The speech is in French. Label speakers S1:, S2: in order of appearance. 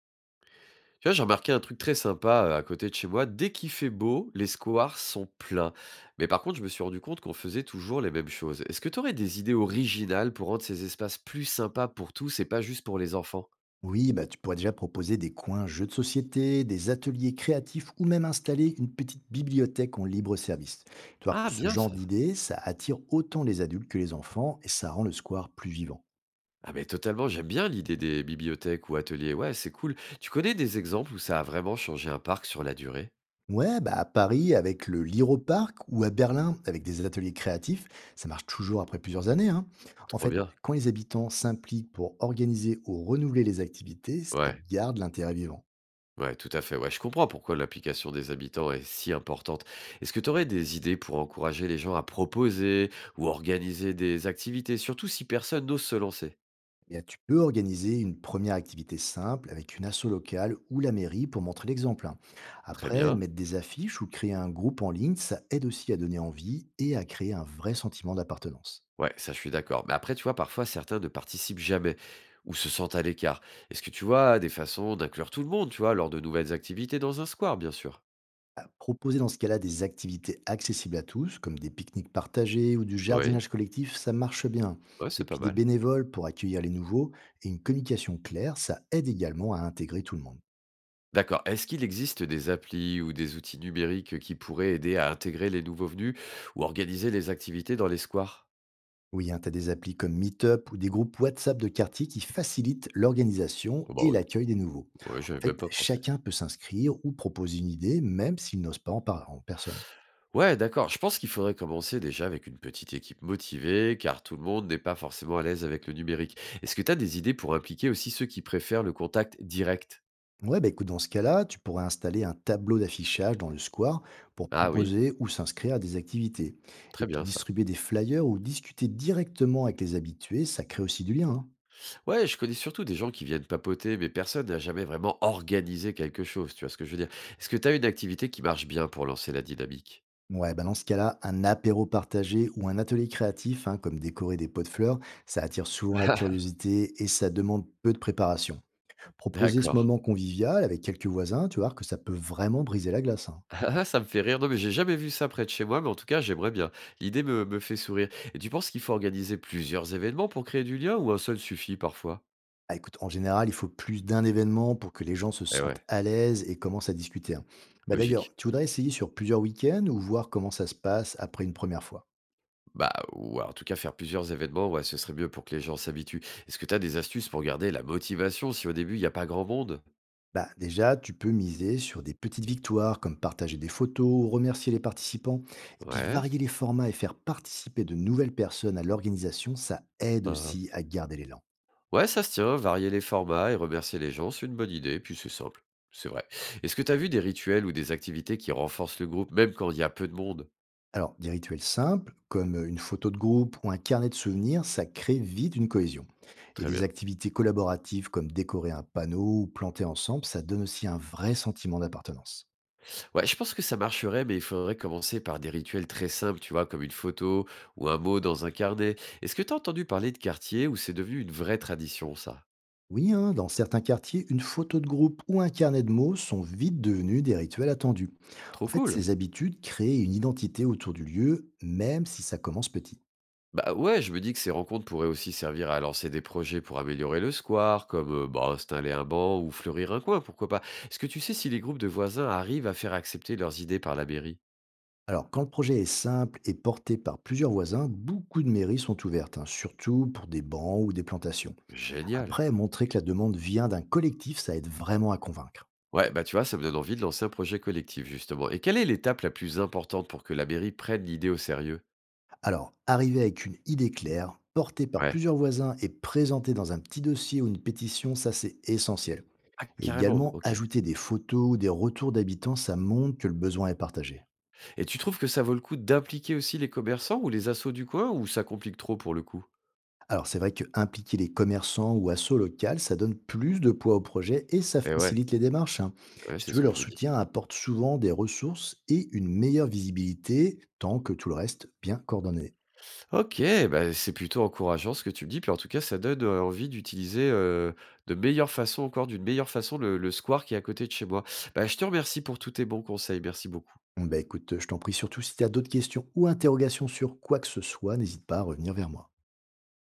S1: Tu vois, j'ai remarqué un truc très sympa à côté de chez moi. Dès qu'il fait beau, les squares sont pleins. Mais par contre, je me suis rendu compte qu'on faisait toujours les mêmes choses. Est-ce que tu aurais des idées originales pour rendre ces espaces plus sympas pour tous et pas juste pour les enfants?
S2: Oui, bah, tu pourrais déjà proposer des coins jeux de société, des ateliers créatifs ou même installer une petite bibliothèque en libre service. Tu vois que
S1: Ah,
S2: ce
S1: bien
S2: genre
S1: ça.
S2: d'idée, ça attire autant les adultes que les enfants et ça rend le square plus vivant.
S1: Ah, mais totalement, j'aime bien l'idée des bibliothèques ou ateliers. Ouais, c'est cool. Tu connais des exemples où ça a vraiment changé un parc sur la durée?
S2: Ouais, bah à Paris avec le Liro Park ou à Berlin avec des ateliers créatifs, ça marche toujours après plusieurs années, hein. En
S1: Trop
S2: fait,
S1: bien.
S2: quand les habitants s'impliquent pour organiser ou renouveler les activités, ça
S1: Ouais.
S2: garde l'intérêt vivant.
S1: Ouais, tout à fait. Ouais, je comprends pourquoi l'implication des habitants est si importante. Est-ce que tu aurais des idées pour encourager les gens à proposer ou organiser des activités, surtout si personne n'ose se lancer?
S2: Eh bien, tu peux organiser une première activité simple avec une asso locale ou la mairie pour montrer l'exemple, hein.
S1: Très
S2: Après,
S1: bien.
S2: mettre des affiches ou créer un groupe en ligne, ça aide aussi à donner envie et à créer un vrai sentiment d'appartenance.
S1: Ouais, ça, je suis d'accord. Mais après, tu vois, parfois, certains ne participent jamais ou se sentent à l'écart. Est-ce que tu vois des façons d'inclure tout le monde, tu vois, lors de nouvelles activités dans un square, bien sûr?
S2: À proposer dans ce cas-là des activités accessibles à tous, comme des pique-niques partagés ou du
S1: Oui,
S2: jardinage collectif, ça marche bien.
S1: ouais,
S2: Et
S1: c'est pas
S2: puis des
S1: mal.
S2: bénévoles pour accueillir les nouveaux et une communication claire, ça aide également à intégrer tout le monde.
S1: D'accord. Est-ce qu'il existe des applis ou des outils numériques qui pourraient aider à intégrer les nouveaux venus ou organiser les activités dans les squares?
S2: Oui, tu as des applis comme Meetup ou des groupes WhatsApp de quartier qui facilitent l'organisation
S1: Oh bah,
S2: et
S1: oui.
S2: l'accueil des nouveaux.
S1: Ouais,
S2: En
S1: j'avais même
S2: fait,
S1: pas pensé.
S2: chacun peut s'inscrire ou proposer une idée, même s'il n'ose pas en parler en personne.
S1: Ouais, d'accord, je pense qu'il faudrait commencer déjà avec une petite équipe motivée, car tout le monde n'est pas forcément à l'aise avec le numérique. Est-ce que tu as des idées pour impliquer aussi ceux qui préfèrent le contact direct?
S2: Ouais, bah écoute, dans ce cas-là, tu pourrais installer un tableau d'affichage dans le square pour
S1: Ah oui?
S2: proposer ou s'inscrire à des activités. Et
S1: Très
S2: puis
S1: bien ça.
S2: distribuer des flyers ou discuter directement avec les habitués, ça crée aussi du lien, hein.
S1: Ouais, je connais surtout des gens qui viennent papoter, mais personne n'a jamais vraiment organisé quelque chose, tu vois ce que je veux dire? Est-ce que tu as une activité qui marche bien pour lancer la dynamique?
S2: Ouais, bah dans ce cas-là, un apéro partagé ou un atelier créatif, hein, comme décorer des pots de fleurs, ça attire souvent la curiosité et ça demande peu de préparation. Proposer ce
S1: D'accord.
S2: moment convivial avec quelques voisins, tu vois que ça peut vraiment briser la glace, hein.
S1: Ah ah, ça me fait rire. Non, mais j'ai jamais vu ça près de chez moi, mais en tout cas, j'aimerais bien. L'idée me fait sourire. Et tu penses qu'il faut organiser plusieurs événements pour créer du lien ou un seul suffit parfois?
S2: Ah, écoute, en général, il faut plus d'un événement pour que les gens se
S1: Eh
S2: sentent
S1: ouais,
S2: à l'aise et commencent à discuter, hein. Bah
S1: logique.
S2: d'ailleurs, tu voudrais essayer sur plusieurs week-ends ou voir comment ça se passe après une première fois?
S1: Bah, ou alors, en tout cas, faire plusieurs événements, ouais, ce serait mieux pour que les gens s'habituent. Est-ce que tu as des astuces pour garder la motivation si au début, il n'y a pas grand monde?
S2: Bah, déjà, tu peux miser sur des petites victoires, comme partager des photos, ou remercier les participants, et puis
S1: Ouais.
S2: varier les formats et faire participer de nouvelles personnes à l'organisation, ça aide
S1: Hein, hein.
S2: aussi à garder l'élan.
S1: Ouais, ça se tient. Varier les formats et remercier les gens, c'est une bonne idée, puis c'est simple. C'est vrai. Est-ce que tu as vu des rituels ou des activités qui renforcent le groupe, même quand il y a peu de monde?
S2: Alors, des rituels simples, comme une photo de groupe ou un carnet de souvenirs, ça crée vite une cohésion. Et
S1: Très
S2: des
S1: bien.
S2: activités collaboratives comme décorer un panneau ou planter ensemble, ça donne aussi un vrai sentiment d'appartenance.
S1: Ouais, je pense que ça marcherait, mais il faudrait commencer par des rituels très simples, tu vois, comme une photo ou un mot dans un carnet. Est-ce que t'as entendu parler de quartier où c'est devenu une vraie tradition, ça?
S2: Oui, hein, dans certains quartiers, une photo de groupe ou un carnet de mots sont vite devenus des rituels attendus. En
S1: Trop
S2: fait,
S1: cool.
S2: ces habitudes créent une identité autour du lieu, même si ça commence petit.
S1: Bah ouais, je me dis que ces rencontres pourraient aussi servir à lancer des projets pour améliorer le square, comme bah, installer un banc ou fleurir un coin, pourquoi pas. Est-ce que tu sais si les groupes de voisins arrivent à faire accepter leurs idées par la mairie?
S2: Alors, quand le projet est simple et porté par plusieurs voisins, beaucoup de mairies sont ouvertes, hein, surtout pour des bancs ou des plantations.
S1: Génial.
S2: Après, montrer que la demande vient d'un collectif, ça aide vraiment à convaincre.
S1: Ouais, bah tu vois, ça me donne envie de lancer un projet collectif, justement. Et quelle est l'étape la plus importante pour que la mairie prenne l'idée au sérieux?
S2: Alors, arriver avec une idée claire, portée par
S1: Ouais.
S2: plusieurs voisins et présentée dans un petit dossier ou une pétition, ça c'est essentiel.
S1: Ah
S2: Et
S1: carrément,
S2: également,
S1: OK.
S2: ajouter des photos ou des retours d'habitants, ça montre que le besoin est partagé.
S1: Et tu trouves que ça vaut le coup d'impliquer aussi les commerçants ou les assos du coin ou ça complique trop pour le coup?
S2: Alors c'est vrai que impliquer les commerçants ou assos locales, ça donne plus de poids au projet et ça
S1: Eh ouais,
S2: facilite les démarches, hein.
S1: ouais,
S2: Si
S1: c'est
S2: tu veux,
S1: ce que je
S2: leur
S1: me dis.
S2: soutien apporte souvent des ressources et une meilleure visibilité, tant que tout le reste bien coordonné.
S1: OK, bah, c'est plutôt encourageant ce que tu me dis, puis en tout cas ça donne, envie d'utiliser, de meilleure façon encore d'une meilleure façon le square qui est à côté de chez moi. Bah, je te remercie pour tous tes bons conseils, merci beaucoup.
S2: Bah écoute, je t'en prie, surtout si tu as d'autres questions ou interrogations sur quoi que ce soit, n'hésite pas à revenir vers moi.